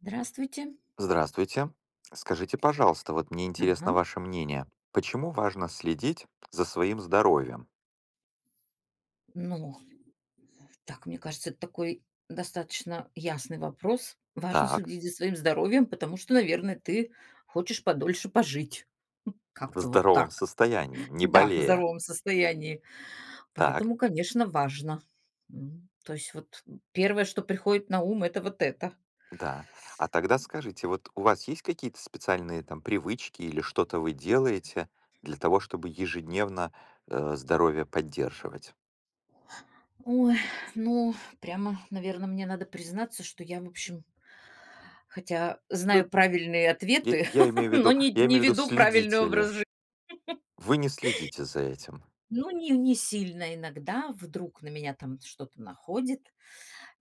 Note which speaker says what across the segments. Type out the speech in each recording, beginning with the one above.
Speaker 1: Здравствуйте.
Speaker 2: Здравствуйте. Скажите, пожалуйста, вот мне интересно
Speaker 1: Ага.
Speaker 2: ваше мнение. Почему важно следить за своим здоровьем?
Speaker 1: Ну, так, мне кажется, это такой достаточно ясный вопрос. Важно
Speaker 2: Так,
Speaker 1: следить за своим здоровьем, потому что, наверное, ты хочешь подольше пожить.
Speaker 2: в
Speaker 1: Как-то вот так.
Speaker 2: здоровом состоянии, не
Speaker 1: Да, в
Speaker 2: болея.
Speaker 1: здоровом состоянии.
Speaker 2: Так,
Speaker 1: Поэтому, конечно, важно. То есть вот первое, что приходит на ум, это вот это.
Speaker 2: да. А тогда скажите, вот у вас есть какие-то специальные там привычки или что-то вы делаете для того, чтобы ежедневно здоровье поддерживать?
Speaker 1: Ой, ну, прямо, наверное, мне надо признаться, что я, в общем, хотя
Speaker 2: Ну,
Speaker 1: знаю правильные ответы,
Speaker 2: я имею в
Speaker 1: но
Speaker 2: виду,
Speaker 1: не,
Speaker 2: я
Speaker 1: не
Speaker 2: имею в виду,
Speaker 1: веду правильный
Speaker 2: следите ли.
Speaker 1: образ.
Speaker 2: Вы не следите за этим.
Speaker 1: Ну, не сильно иногда вдруг на меня там что-то находит.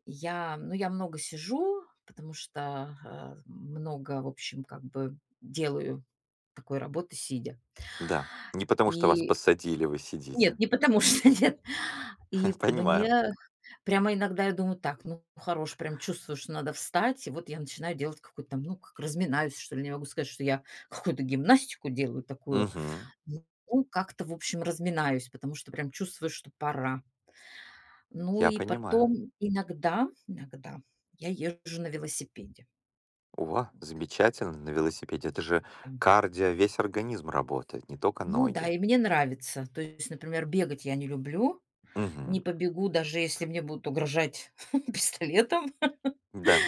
Speaker 1: Я много сижу, потому что, много, в общем, как бы делаю такой работы сидя.
Speaker 2: Да. Не потому что вас
Speaker 1: И
Speaker 2: посадили, вы
Speaker 1: нет,
Speaker 2: сидите.
Speaker 1: не потому что нет. И
Speaker 2: Понимаю.
Speaker 1: мне прямо иногда я думаю: "Так, ну, хорош". Прям чувствую, что надо встать. И вот я начинаю делать какую-то там, ну, как разминаюсь, что ли. Не могу сказать, что я какую-то гимнастику делаю такую.
Speaker 2: Мгм.
Speaker 1: Ну, как-то, в общем, разминаюсь, потому что прям чувствую, что пора. Ну
Speaker 2: Я
Speaker 1: и
Speaker 2: понимаю.
Speaker 1: потом иногда я езжу на велосипеде.
Speaker 2: О, замечательно, на велосипеде. Это же
Speaker 1: Там.
Speaker 2: кардио, весь организм работает, не только
Speaker 1: Ну да,
Speaker 2: ноги.
Speaker 1: и мне нравится. То есть, например, бегать я не люблю,
Speaker 2: Мгм.
Speaker 1: не побегу, даже если мне будут угрожать пистолетом.
Speaker 2: Да,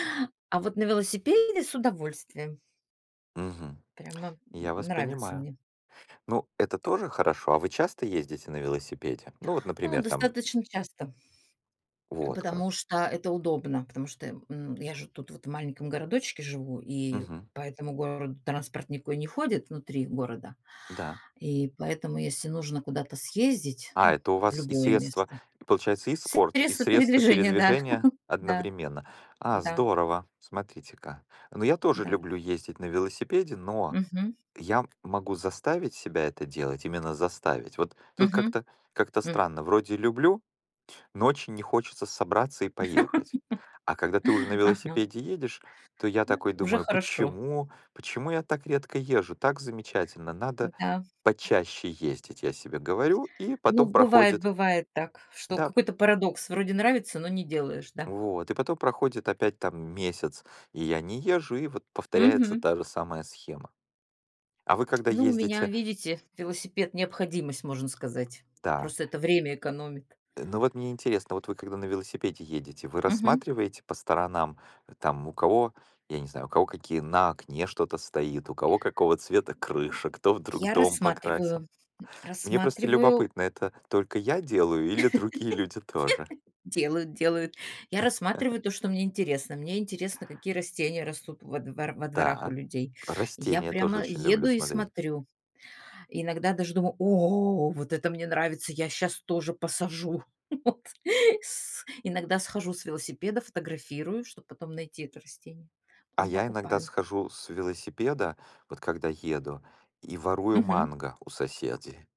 Speaker 1: А вот на велосипеде с удовольствием.
Speaker 2: мгм.
Speaker 1: Прямо
Speaker 2: Я вас
Speaker 1: нравится
Speaker 2: понимаю.
Speaker 1: мне.
Speaker 2: Ну, это тоже хорошо. А вы часто ездите на велосипеде? Ну, вот,
Speaker 1: Ну,
Speaker 2: например, там
Speaker 1: достаточно часто,
Speaker 2: вот как.
Speaker 1: потому что это удобно, потому что я же тут вот в маленьком городочке живу, и
Speaker 2: Мгм.
Speaker 1: по этому городу транспорт никакой не ходит внутри города.
Speaker 2: Да.
Speaker 1: И поэтому, если нужно куда-то съездить,
Speaker 2: А,
Speaker 1: ну,
Speaker 2: это у
Speaker 1: в
Speaker 2: вас и
Speaker 1: любое
Speaker 2: средства,
Speaker 1: место
Speaker 2: и, получается, и спорт, и
Speaker 1: средства
Speaker 2: средства
Speaker 1: передвижения, да,
Speaker 2: передвижения
Speaker 1: да,
Speaker 2: одновременно. А,
Speaker 1: да,
Speaker 2: здорово. Смотрите-ка. Ну, я тоже
Speaker 1: да.
Speaker 2: люблю ездить на велосипеде, но
Speaker 1: Мгм,
Speaker 2: я могу заставить себя это делать, именно заставить. Вот тут
Speaker 1: мгм,
Speaker 2: как-то
Speaker 1: м.
Speaker 2: странно. Вроде люблю, но очень не хочется собраться и поехать. А когда ты уже на
Speaker 1: Ага,
Speaker 2: велосипеде едешь, то я такой
Speaker 1: уже
Speaker 2: думаю,
Speaker 1: хорошо.
Speaker 2: почему я так редко езжу? Так замечательно, надо
Speaker 1: Да.
Speaker 2: почаще ездить, я себе говорю. И
Speaker 1: Ну,
Speaker 2: потом
Speaker 1: бывает,
Speaker 2: проходит,
Speaker 1: бывает так, что
Speaker 2: да,
Speaker 1: какой-то парадокс: вроде нравится, но не делаешь, да.
Speaker 2: вот, и потом проходит опять там месяц, и я не езжу, и вот повторяется
Speaker 1: Мгм.
Speaker 2: та же самая схема. А вы когда
Speaker 1: Ну, у меня,
Speaker 2: ездите,
Speaker 1: видите, велосипед — необходимость, можно сказать.
Speaker 2: да,
Speaker 1: Просто это время экономит.
Speaker 2: ну вот мне интересно, вот вы когда на велосипеде едете, вы
Speaker 1: Мгм.
Speaker 2: рассматриваете по сторонам, там у кого, я не знаю, у кого какие на окне что-то стоит, у кого какого цвета крыша, кто вдруг
Speaker 1: Я
Speaker 2: дом покрасил.
Speaker 1: рассматриваю,
Speaker 2: Мне просто
Speaker 1: рассматриваю
Speaker 2: любопытно, это только я делаю или другие люди тоже?
Speaker 1: Делают, делают. Я рассматриваю то, что мне интересно. Мне интересно, какие растения растут во дворах у
Speaker 2: Так.
Speaker 1: людей. Я
Speaker 2: Растения тоже
Speaker 1: прямо
Speaker 2: очень люблю
Speaker 1: еду и
Speaker 2: смотреть.
Speaker 1: смотрю. Иногда даже думаю: "О, вот это мне нравится, я сейчас тоже посажу". Вот. С иногда схожу с велосипеда, фотографирую, чтобы потом найти это растение.
Speaker 2: А
Speaker 1: Потом
Speaker 2: я иногда
Speaker 1: покупаю.
Speaker 2: схожу с велосипеда, вот когда еду, и ворую
Speaker 1: Мгм.
Speaker 2: манго у соседей.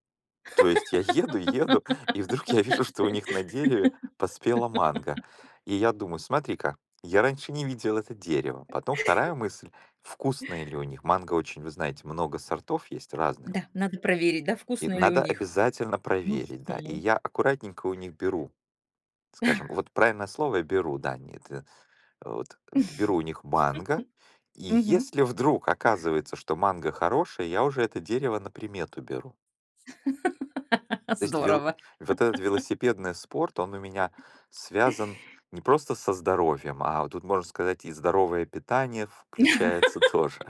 Speaker 2: То есть я еду, и вдруг я вижу, что у них на дереве поспела манго. И я думаю, смотри-ка, я раньше не видел это дерево. Потом вторая мысль, вкусное ли у них. Манго очень, вы знаете, много сортов есть разные.
Speaker 1: Да, надо проверить, да,
Speaker 2: И
Speaker 1: вкусно ли у
Speaker 2: надо
Speaker 1: них.
Speaker 2: обязательно проверить, да. И
Speaker 1: Мгм.
Speaker 2: я аккуратненько у них беру, скажем, вот правильное слово я беру, да, нет, вот беру у них манго, и
Speaker 1: Мгм.
Speaker 2: если вдруг оказывается, что манго хорошее, я уже это дерево на примету беру. То есть вел
Speaker 1: Здорово.
Speaker 2: вот этот велосипедный спорт, он у меня связан не просто со здоровьем, а вот тут, можно сказать, и здоровое питание включается тоже.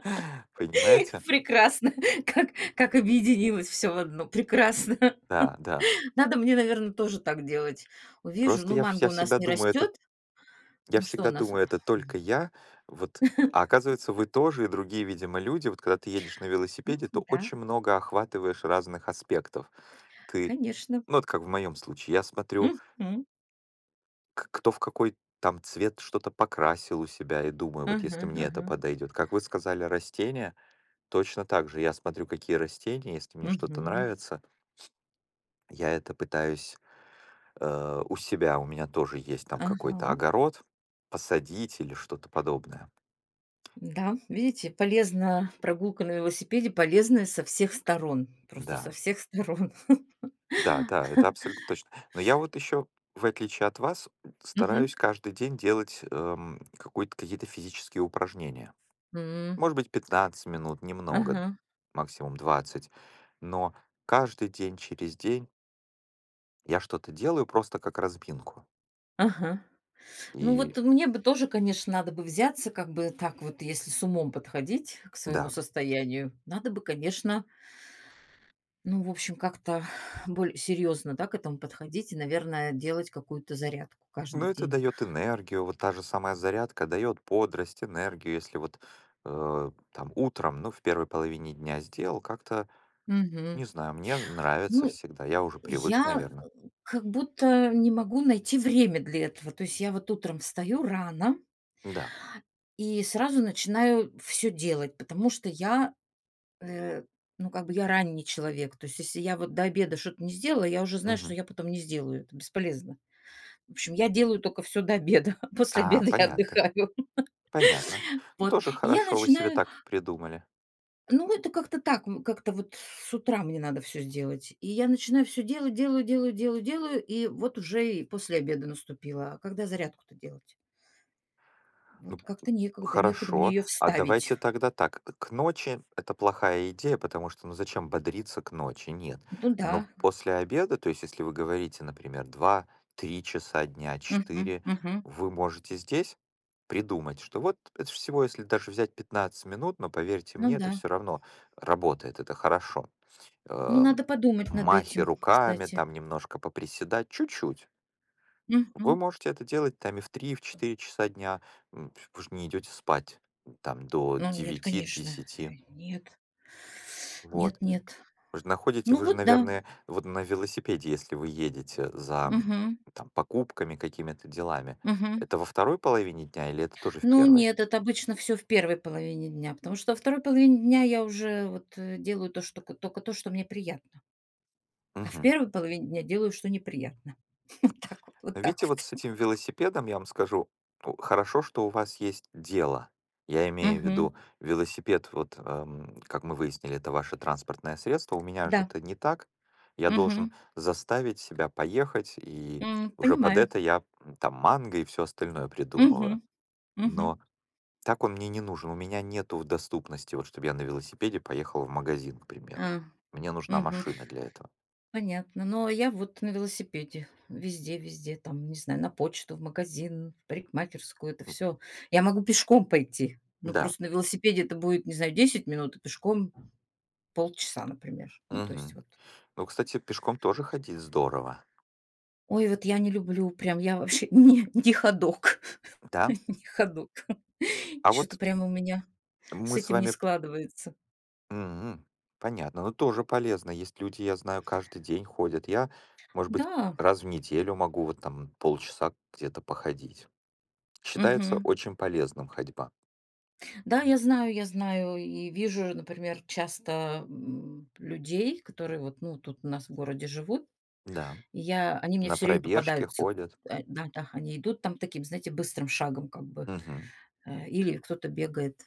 Speaker 2: Понимаете?
Speaker 1: Прекрасно. Как как объединилось все в одно. Прекрасно.
Speaker 2: Да, да.
Speaker 1: Надо мне, наверное, тоже так делать. Увижу,
Speaker 2: Просто
Speaker 1: ну,
Speaker 2: я вс
Speaker 1: манго
Speaker 2: я
Speaker 1: у нас
Speaker 2: всегда
Speaker 1: не
Speaker 2: думаю, это
Speaker 1: растет.
Speaker 2: Я
Speaker 1: Ну, что у
Speaker 2: всегда
Speaker 1: нас?
Speaker 2: думаю, это только я. Вот, а оказывается, вы тоже и другие, видимо, люди. Вот когда ты едешь на велосипеде, то
Speaker 1: Да,
Speaker 2: очень много охватываешь разных аспектов. Ты
Speaker 1: конечно.
Speaker 2: ну, вот как в моем случае, я смотрю
Speaker 1: Мгм.
Speaker 2: к кто в какой там цвет что-то покрасил у себя, и думаю, вот
Speaker 1: Ага,
Speaker 2: если мне это
Speaker 1: ага.
Speaker 2: подойдет. Как вы сказали, растения, точно так же. Я смотрю, какие растения, если мне что-то
Speaker 1: Мгм.
Speaker 2: нравится, я это пытаюсь у себя, у меня тоже есть там какой-то
Speaker 1: Ага.
Speaker 2: огород, посадить или что-то подобное.
Speaker 1: Да, видите, полезна прогулка на велосипеде, полезная со всех сторон. Просто со
Speaker 2: Да,
Speaker 1: всех сторон.
Speaker 2: да, да, это абсолютно точно. Но я вот еще, в отличие от вас,
Speaker 1: Мгм.
Speaker 2: стараюсь каждый день делать какие-то физические упражнения.
Speaker 1: М.
Speaker 2: Может быть, 15 минут, немного,
Speaker 1: Ага,
Speaker 2: максимум 20, но каждый день через день я что-то делаю просто как разминку.
Speaker 1: ага. Ну
Speaker 2: И
Speaker 1: вот мне бы тоже, конечно, надо бы взяться, как бы так вот, если с умом подходить к своему
Speaker 2: да,
Speaker 1: состоянию, надо бы, конечно, ну, в общем, как-то более серьезно, да, к этому подходить и, наверное, делать какую-то зарядку
Speaker 2: но
Speaker 1: каждый
Speaker 2: это
Speaker 1: день.
Speaker 2: дает энергию, вот та же самая зарядка дает бодрость, энергию, если вот там утром, ну, в первой половине дня сделал, как-то,
Speaker 1: Мгм.
Speaker 2: не знаю, мне нравится
Speaker 1: Ну,
Speaker 2: всегда, я уже привык,
Speaker 1: я
Speaker 2: наверное.
Speaker 1: как будто не могу найти время для этого. То есть я вот утром встаю рано
Speaker 2: Да.
Speaker 1: и сразу начинаю все делать, потому что я… Э, ну, как бы я ранний человек. То есть, если я вот до обеда что-то не сделала, я уже знаю, что
Speaker 2: Мгм.
Speaker 1: я потом не сделаю. Это бесполезно. В общем, я делаю только все до обеда. После
Speaker 2: А,
Speaker 1: обеда я
Speaker 2: понятно,
Speaker 1: отдыхаю.
Speaker 2: понятно. Ну,
Speaker 1: Вот.
Speaker 2: тоже
Speaker 1: И я
Speaker 2: хорошо, вы себе
Speaker 1: начинаю,
Speaker 2: так придумали.
Speaker 1: ну, это как-то так, как-то вот с утра мне надо все сделать. И я начинаю все делать, делаю, делаю, делаю, делаю, и вот уже и после обеда наступило. А когда зарядку-то делать?
Speaker 2: Ну,
Speaker 1: Вот как-то некогда, некуда мне
Speaker 2: хорошо.
Speaker 1: ее
Speaker 2: А
Speaker 1: вставить.
Speaker 2: давайте тогда так. К ночи это плохая идея, потому что ну зачем бодриться к ночи? Нет.
Speaker 1: Ну да.
Speaker 2: Но после обеда, то есть если вы говорите, например, два-три часа дня,
Speaker 1: Мгм,
Speaker 2: четыре,
Speaker 1: мгм.
Speaker 2: вы можете здесь придумать, что вот это ж всего, если даже взять 15 минут, но поверьте
Speaker 1: Ну
Speaker 2: мне, это
Speaker 1: да.
Speaker 2: все равно работает, это хорошо.
Speaker 1: Ну,
Speaker 2: Эм,
Speaker 1: надо подумать над
Speaker 2: Махи
Speaker 1: этим,
Speaker 2: руками,
Speaker 1: кстати.
Speaker 2: там немножко поприседать, чуть-чуть, вы
Speaker 1: Мгм.
Speaker 2: можете это делать там и в 3, и в 4 часа дня. Вы же не идете спать там до
Speaker 1: Ну нет,
Speaker 2: девяти,
Speaker 1: конечно,
Speaker 2: 10,
Speaker 1: нет. Нет,
Speaker 2: вот.
Speaker 1: нет.
Speaker 2: Вы же находите,
Speaker 1: Ну
Speaker 2: вы же,
Speaker 1: вот да.
Speaker 2: наверное, вот на велосипеде, если вы едете за
Speaker 1: Мгм.
Speaker 2: там, покупками, какими-то делами,
Speaker 1: Мгм.
Speaker 2: это во второй половине дня или это тоже в
Speaker 1: Ну
Speaker 2: первой?
Speaker 1: нет, это обычно все в первой половине дня, потому что во второй половине дня я уже вот, э, делаю то, что ко только то, что мне приятно, а в
Speaker 2: Мгм.
Speaker 1: первой половине дня делаю, что неприятно. Вот так вот, вот так
Speaker 2: Видите, вот с
Speaker 1: вот.
Speaker 2: этим велосипедом, я вам скажу, хорошо, что у вас есть дело. Я имею в
Speaker 1: Мгм.
Speaker 2: виду велосипед, вот, как мы выяснили, это ваше транспортное средство. У меня же
Speaker 1: Да.
Speaker 2: это не так. Я
Speaker 1: Мгм.
Speaker 2: должен заставить себя поехать, и
Speaker 1: М,
Speaker 2: уже под
Speaker 1: понимаю.
Speaker 2: это я там манго и все остальное
Speaker 1: Мгм.
Speaker 2: придумываю.
Speaker 1: Мгм.
Speaker 2: Но так он мне не нужен. У меня нету в доступности, вот, чтобы я на велосипеде поехал в магазин, к примеру.
Speaker 1: А.
Speaker 2: Мне нужна
Speaker 1: Мгм.
Speaker 2: машина для этого.
Speaker 1: Понятно. Но я вот на велосипеде везде, везде, там, не знаю, на почту, в магазин, в парикмахерскую, это
Speaker 2: М,
Speaker 1: все. Я могу пешком пойти, но
Speaker 2: Да.
Speaker 1: просто на велосипеде это будет, не знаю, 10 минут, а пешком полчаса, например. Ну, то есть
Speaker 2: Мгм.
Speaker 1: вот.
Speaker 2: Ну, кстати, пешком тоже ходить здорово.
Speaker 1: Ой, вот я не люблю, прям я вообще не ходок,
Speaker 2: Да,
Speaker 1: не ходок.
Speaker 2: А
Speaker 1: Что-то
Speaker 2: вот
Speaker 1: прям у меня с
Speaker 2: мы с
Speaker 1: этим не
Speaker 2: вами п
Speaker 1: складывается.
Speaker 2: мгм. Понятно. Но тоже полезно. Есть люди, я знаю, каждый день ходят. Я, может быть,
Speaker 1: Да,
Speaker 2: раз в неделю могу вот там полчаса где-то походить. Считается
Speaker 1: мгм.
Speaker 2: очень полезным ходьба.
Speaker 1: Да, я знаю и вижу, например, часто, людей, которые вот, ну, тут у нас в городе живут.
Speaker 2: Да,
Speaker 1: И я они мне
Speaker 2: на
Speaker 1: все время
Speaker 2: пробежке
Speaker 1: попадаются.
Speaker 2: ходят.
Speaker 1: А, да-да, они идут там таким, знаете, быстрым шагом как бы,
Speaker 2: Мгм.
Speaker 1: или кто-то бегает.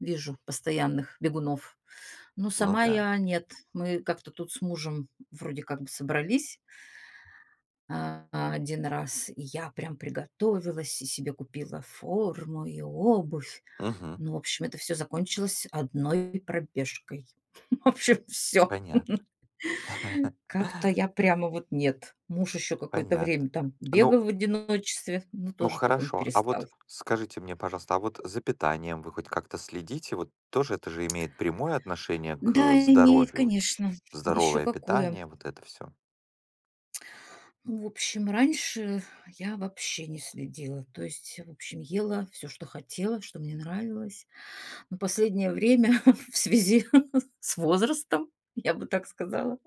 Speaker 1: Вижу постоянных бегунов. Ну,
Speaker 2: Ну
Speaker 1: сама
Speaker 2: да.
Speaker 1: я нет. Мы как-то тут с мужем вроде как бы собрались, а, 1 раз, и я прям приготовилась, и себе купила форму и обувь.
Speaker 2: Мгм.
Speaker 1: Ну, в общем, это все закончилось одной пробежкой. В общем, все.
Speaker 2: Понятно.
Speaker 1: Как-то я прямо вот нет. Муж еще какое-то
Speaker 2: Понятно.
Speaker 1: время там
Speaker 2: Ну,
Speaker 1: бегал в одиночестве, но
Speaker 2: Ну
Speaker 1: тоже потом
Speaker 2: хорошо, а вот
Speaker 1: перестал.
Speaker 2: скажите мне, пожалуйста, а вот за питанием вы хоть как-то следите? Вот тоже это же имеет прямое отношение
Speaker 1: Да,
Speaker 2: к
Speaker 1: имеет,
Speaker 2: здоровью, вот
Speaker 1: конечно. Еще
Speaker 2: здоровое
Speaker 1: какое.
Speaker 2: питание, вот это все.
Speaker 1: В общем, раньше я вообще не следила. То есть, в общем, ела все, что хотела, что мне нравилось. Но последнее время в связи с возрастом, я бы так сказала.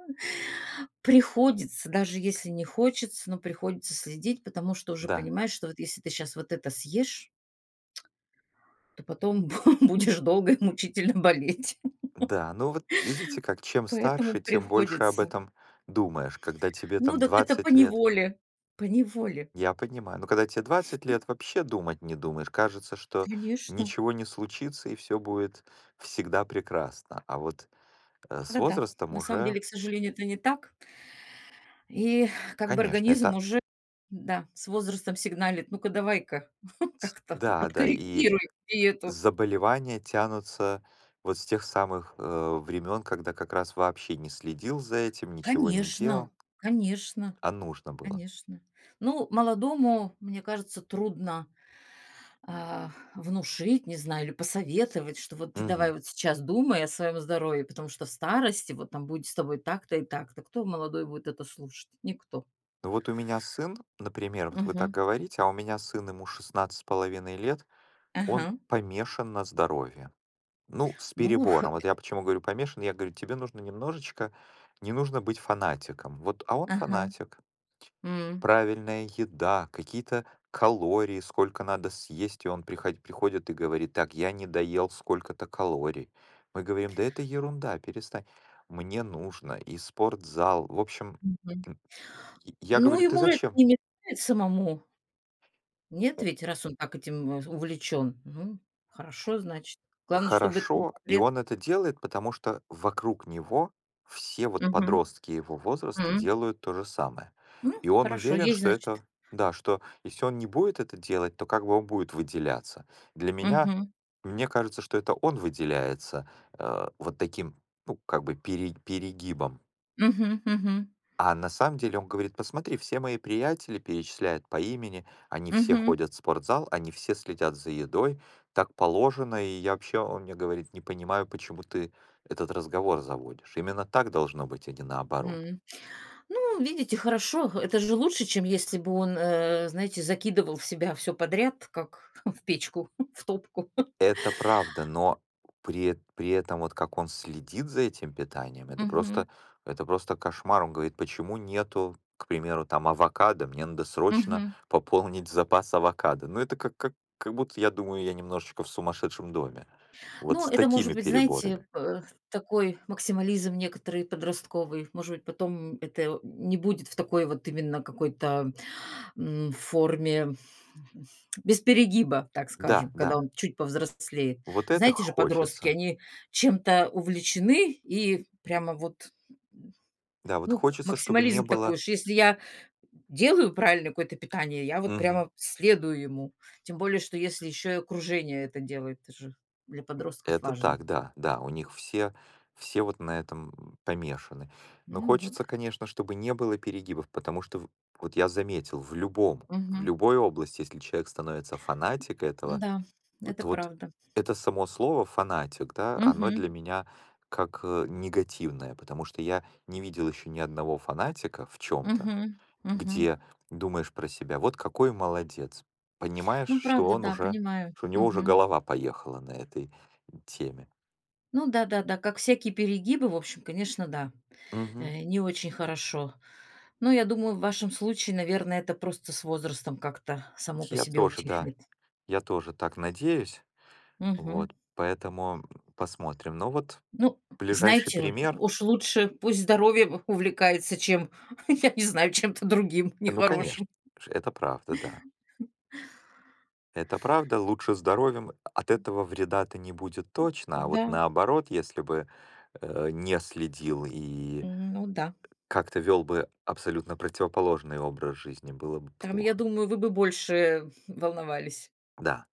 Speaker 1: Приходится, даже если не хочется, но приходится следить, потому что уже
Speaker 2: Да,
Speaker 1: понимаешь, что вот если ты сейчас вот это съешь, то потом будешь долго и мучительно болеть.
Speaker 2: да, ну вот видите, как чем
Speaker 1: Поэтому
Speaker 2: старше, тем больше об
Speaker 1: приходится.
Speaker 2: этом думаешь, когда тебе там
Speaker 1: Ну так это по
Speaker 2: 20 лет,
Speaker 1: неволе. По неволе.
Speaker 2: я понимаю, но когда тебе 20 лет, вообще думать не думаешь, кажется, что
Speaker 1: Конечно.
Speaker 2: ничего не случится и все будет всегда прекрасно, а вот с
Speaker 1: Да-да.
Speaker 2: возрастом
Speaker 1: На самом
Speaker 2: уже,
Speaker 1: деле, к сожалению, это не так. И как бы
Speaker 2: конечно,
Speaker 1: организм
Speaker 2: это
Speaker 1: уже, да, с возрастом сигналит: "Ну-ка, давай-ка как-то
Speaker 2: да, да, и
Speaker 1: подкорректируй диету".
Speaker 2: заболевания тянутся вот с тех самых, времен, когда как раз вообще не следил за этим, ничего не
Speaker 1: Конечно,
Speaker 2: делал,
Speaker 1: конечно.
Speaker 2: а нужно было.
Speaker 1: Конечно. Ну, молодому, мне кажется, трудно, внушить, не знаю, или посоветовать, что вот ты
Speaker 2: Мгм.
Speaker 1: давай вот сейчас думай о своем здоровье, потому что в старости вот там будет с тобой так-то и так-то. Кто молодой будет это слушать? Никто.
Speaker 2: Ну вот у меня сын, например, вот вы так
Speaker 1: Мгм.
Speaker 2: говорите, а у меня сын, ему 16 с половиной лет, он
Speaker 1: Ага.
Speaker 2: помешан на здоровье. Ну, с
Speaker 1: Ну,
Speaker 2: перебором. Вот я почему говорю помешан, я говорю, тебе нужно немножечко, не нужно быть фанатиком. Вот, а он
Speaker 1: ага.
Speaker 2: фанатик.
Speaker 1: М.
Speaker 2: Правильная еда, какие-то калории, сколько надо съесть, и он приходит и говорит, так, я не доел сколько-то калорий. Мы говорим, да это ерунда, перестань. Мне нужно и спортзал. В общем,
Speaker 1: Мгм.
Speaker 2: м, и я
Speaker 1: Ну,
Speaker 2: говорю, ты
Speaker 1: ему это
Speaker 2: зачем?
Speaker 1: не мешает самому. Нет ведь, раз он так этим, увлечен. Ну, хорошо, значит. Главное, чтобы это не
Speaker 2: Хорошо,
Speaker 1: во
Speaker 2: и
Speaker 1: вред.
Speaker 2: он это делает, потому что вокруг него все вот
Speaker 1: Мгм.
Speaker 2: подростки его возраста
Speaker 1: М.
Speaker 2: делают то же самое.
Speaker 1: Ну,
Speaker 2: И он
Speaker 1: хорошо,
Speaker 2: уверен,
Speaker 1: есть,
Speaker 2: что
Speaker 1: значит.
Speaker 2: это, да, что если он не будет это делать, то как бы он будет выделяться. Для меня,
Speaker 1: Мгм.
Speaker 2: мне кажется, что это он выделяется вот таким, ну, как бы перегибом,
Speaker 1: Мгм, мгм,
Speaker 2: а на самом деле он говорит, посмотри, все мои приятели перечисляют по имени, они все
Speaker 1: мгм,
Speaker 2: ходят в спортзал, они все следят за едой, так положено, и я вообще, он мне говорит, не понимаю, почему ты этот разговор заводишь. Именно так должно быть, а не наоборот.
Speaker 1: м. Ну, видите, хорошо. Это же лучше, чем если бы он, знаете, закидывал в себя все подряд, как в печку, в топку.
Speaker 2: Это правда, но при при этом вот как он следит за этим питанием, это
Speaker 1: Мгм,
Speaker 2: просто кошмар. Он говорит: "Почему нету, к примеру, там авокадо? Мне надо срочно
Speaker 1: мгм.
Speaker 2: пополнить запас авокадо". Ну, это как будто, я думаю, я немножечко в сумасшедшем доме. Вот
Speaker 1: Ну,
Speaker 2: с
Speaker 1: это, может
Speaker 2: такими
Speaker 1: быть, знаете,
Speaker 2: переборами.
Speaker 1: такой максимализм некоторый подростковый. Может быть, потом это не будет в такой вот именно какой-то… в форме без перегиба, так
Speaker 2: Да,
Speaker 1: скажем,
Speaker 2: да,
Speaker 1: когда он чуть повзрослеет.
Speaker 2: вот это
Speaker 1: Знаете же, подростки,
Speaker 2: хочется.
Speaker 1: они чем-то увлечены и прямо вот,
Speaker 2: Да, вот
Speaker 1: ну,
Speaker 2: хочется, чтобы не
Speaker 1: максимализм такой
Speaker 2: было.
Speaker 1: уж. Если я делаю правильное какое-то питание, я вот
Speaker 2: Мгм.
Speaker 1: прямо следую ему. Тем более, что если еще и окружение это делает, это же для подростков
Speaker 2: Это
Speaker 1: важно.
Speaker 2: так, да, да, у них все, все вот на этом помешаны. Но
Speaker 1: Ну вот.
Speaker 2: хочется, конечно, чтобы не было перегибов, потому что вот я заметил, в
Speaker 1: Мгм.
Speaker 2: любой области, если человек становится фанатик этого,
Speaker 1: Да,
Speaker 2: вот
Speaker 1: это
Speaker 2: вот
Speaker 1: правда.
Speaker 2: это само слово фанатик, да, оно
Speaker 1: Мгм.
Speaker 2: для меня как негативное, потому что я не видел еще ни одного фанатика в чем-то,
Speaker 1: Мгм. Мгм.
Speaker 2: где думаешь про себя, вот какой молодец, понимаешь,
Speaker 1: Ну,
Speaker 2: что
Speaker 1: правда,
Speaker 2: он
Speaker 1: да,
Speaker 2: уже,
Speaker 1: понимаю.
Speaker 2: что у него уже
Speaker 1: Мгм.
Speaker 2: голова поехала на этой теме.
Speaker 1: Ну да-да-да, как всякие перегибы, в общем, конечно, да,
Speaker 2: Мгм.
Speaker 1: не очень хорошо. Но я думаю, в вашем случае, наверное, это просто с возрастом как-то само по
Speaker 2: Я
Speaker 1: себе
Speaker 2: тоже, да.
Speaker 1: утихнет.
Speaker 2: Я тоже так надеюсь.
Speaker 1: Мгм.
Speaker 2: Вот, поэтому посмотрим. Но вот
Speaker 1: Ну,
Speaker 2: ближайший
Speaker 1: знаете,
Speaker 2: пример,
Speaker 1: уж лучше пусть здоровьем увлекается, чем, я не знаю, чем-то другим
Speaker 2: ну, конечно,
Speaker 1: нехорошим.
Speaker 2: это правда, да. Это правда, лучше здоровьем от этого вреда-то не будет точно, а вот
Speaker 1: Да,
Speaker 2: наоборот, если бы не следил и
Speaker 1: ну да.
Speaker 2: как-то вел бы абсолютно противоположный образ жизни, было бы
Speaker 1: Там, я
Speaker 2: плохо.
Speaker 1: думаю, вы бы больше волновались.
Speaker 2: Да.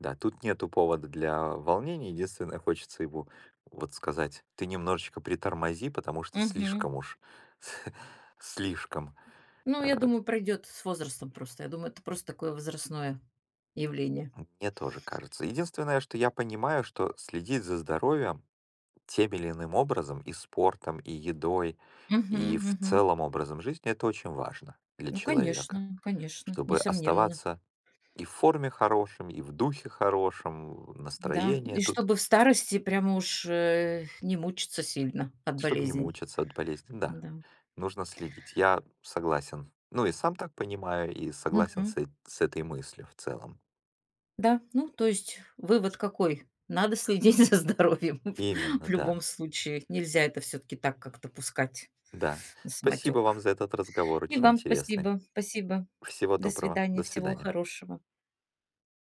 Speaker 2: Да, тут нету повода для волнения. Единственное, хочется ему вот сказать, ты немножечко притормози, потому что
Speaker 1: Мгм.
Speaker 2: слишком уж, слишком.
Speaker 1: Ну, я
Speaker 2: Э,
Speaker 1: думаю, пройдет с возрастом просто. Я думаю, это просто такое возрастное явление.
Speaker 2: Мне тоже кажется. Единственное, что я понимаю, что следить за здоровьем тем или иным образом, и спортом, и едой,
Speaker 1: Мгм,
Speaker 2: и в
Speaker 1: мгм.
Speaker 2: целом образом жизни, это очень важно для
Speaker 1: Ну,
Speaker 2: человека,
Speaker 1: конечно, конечно,
Speaker 2: чтобы
Speaker 1: несомненно.
Speaker 2: оставаться и в форме хорошем, и в духе хорошем,
Speaker 1: Да.
Speaker 2: настроение.
Speaker 1: И
Speaker 2: Тут
Speaker 1: чтобы в старости прямо уж, не мучиться сильно от
Speaker 2: чтобы не
Speaker 1: болезней.
Speaker 2: мучиться от болезни, да,
Speaker 1: Да.
Speaker 2: нужно следить. Я согласен. Ну и сам так понимаю, и согласен с,
Speaker 1: Мгм.
Speaker 2: с этой мыслью в целом.
Speaker 1: Да, ну, то есть вывод какой? Надо следить за здоровьем
Speaker 2: Именно,
Speaker 1: в
Speaker 2: да,
Speaker 1: любом случае. Нельзя это все таки так как-то пускать
Speaker 2: да.
Speaker 1: на
Speaker 2: Спасибо вам
Speaker 1: самотек.
Speaker 2: за этот разговор,
Speaker 1: И
Speaker 2: очень
Speaker 1: вам
Speaker 2: интересный.
Speaker 1: спасибо. Спасибо.
Speaker 2: Всего
Speaker 1: До
Speaker 2: доброго,
Speaker 1: свидания.
Speaker 2: до
Speaker 1: Всего
Speaker 2: свидания.
Speaker 1: хорошего.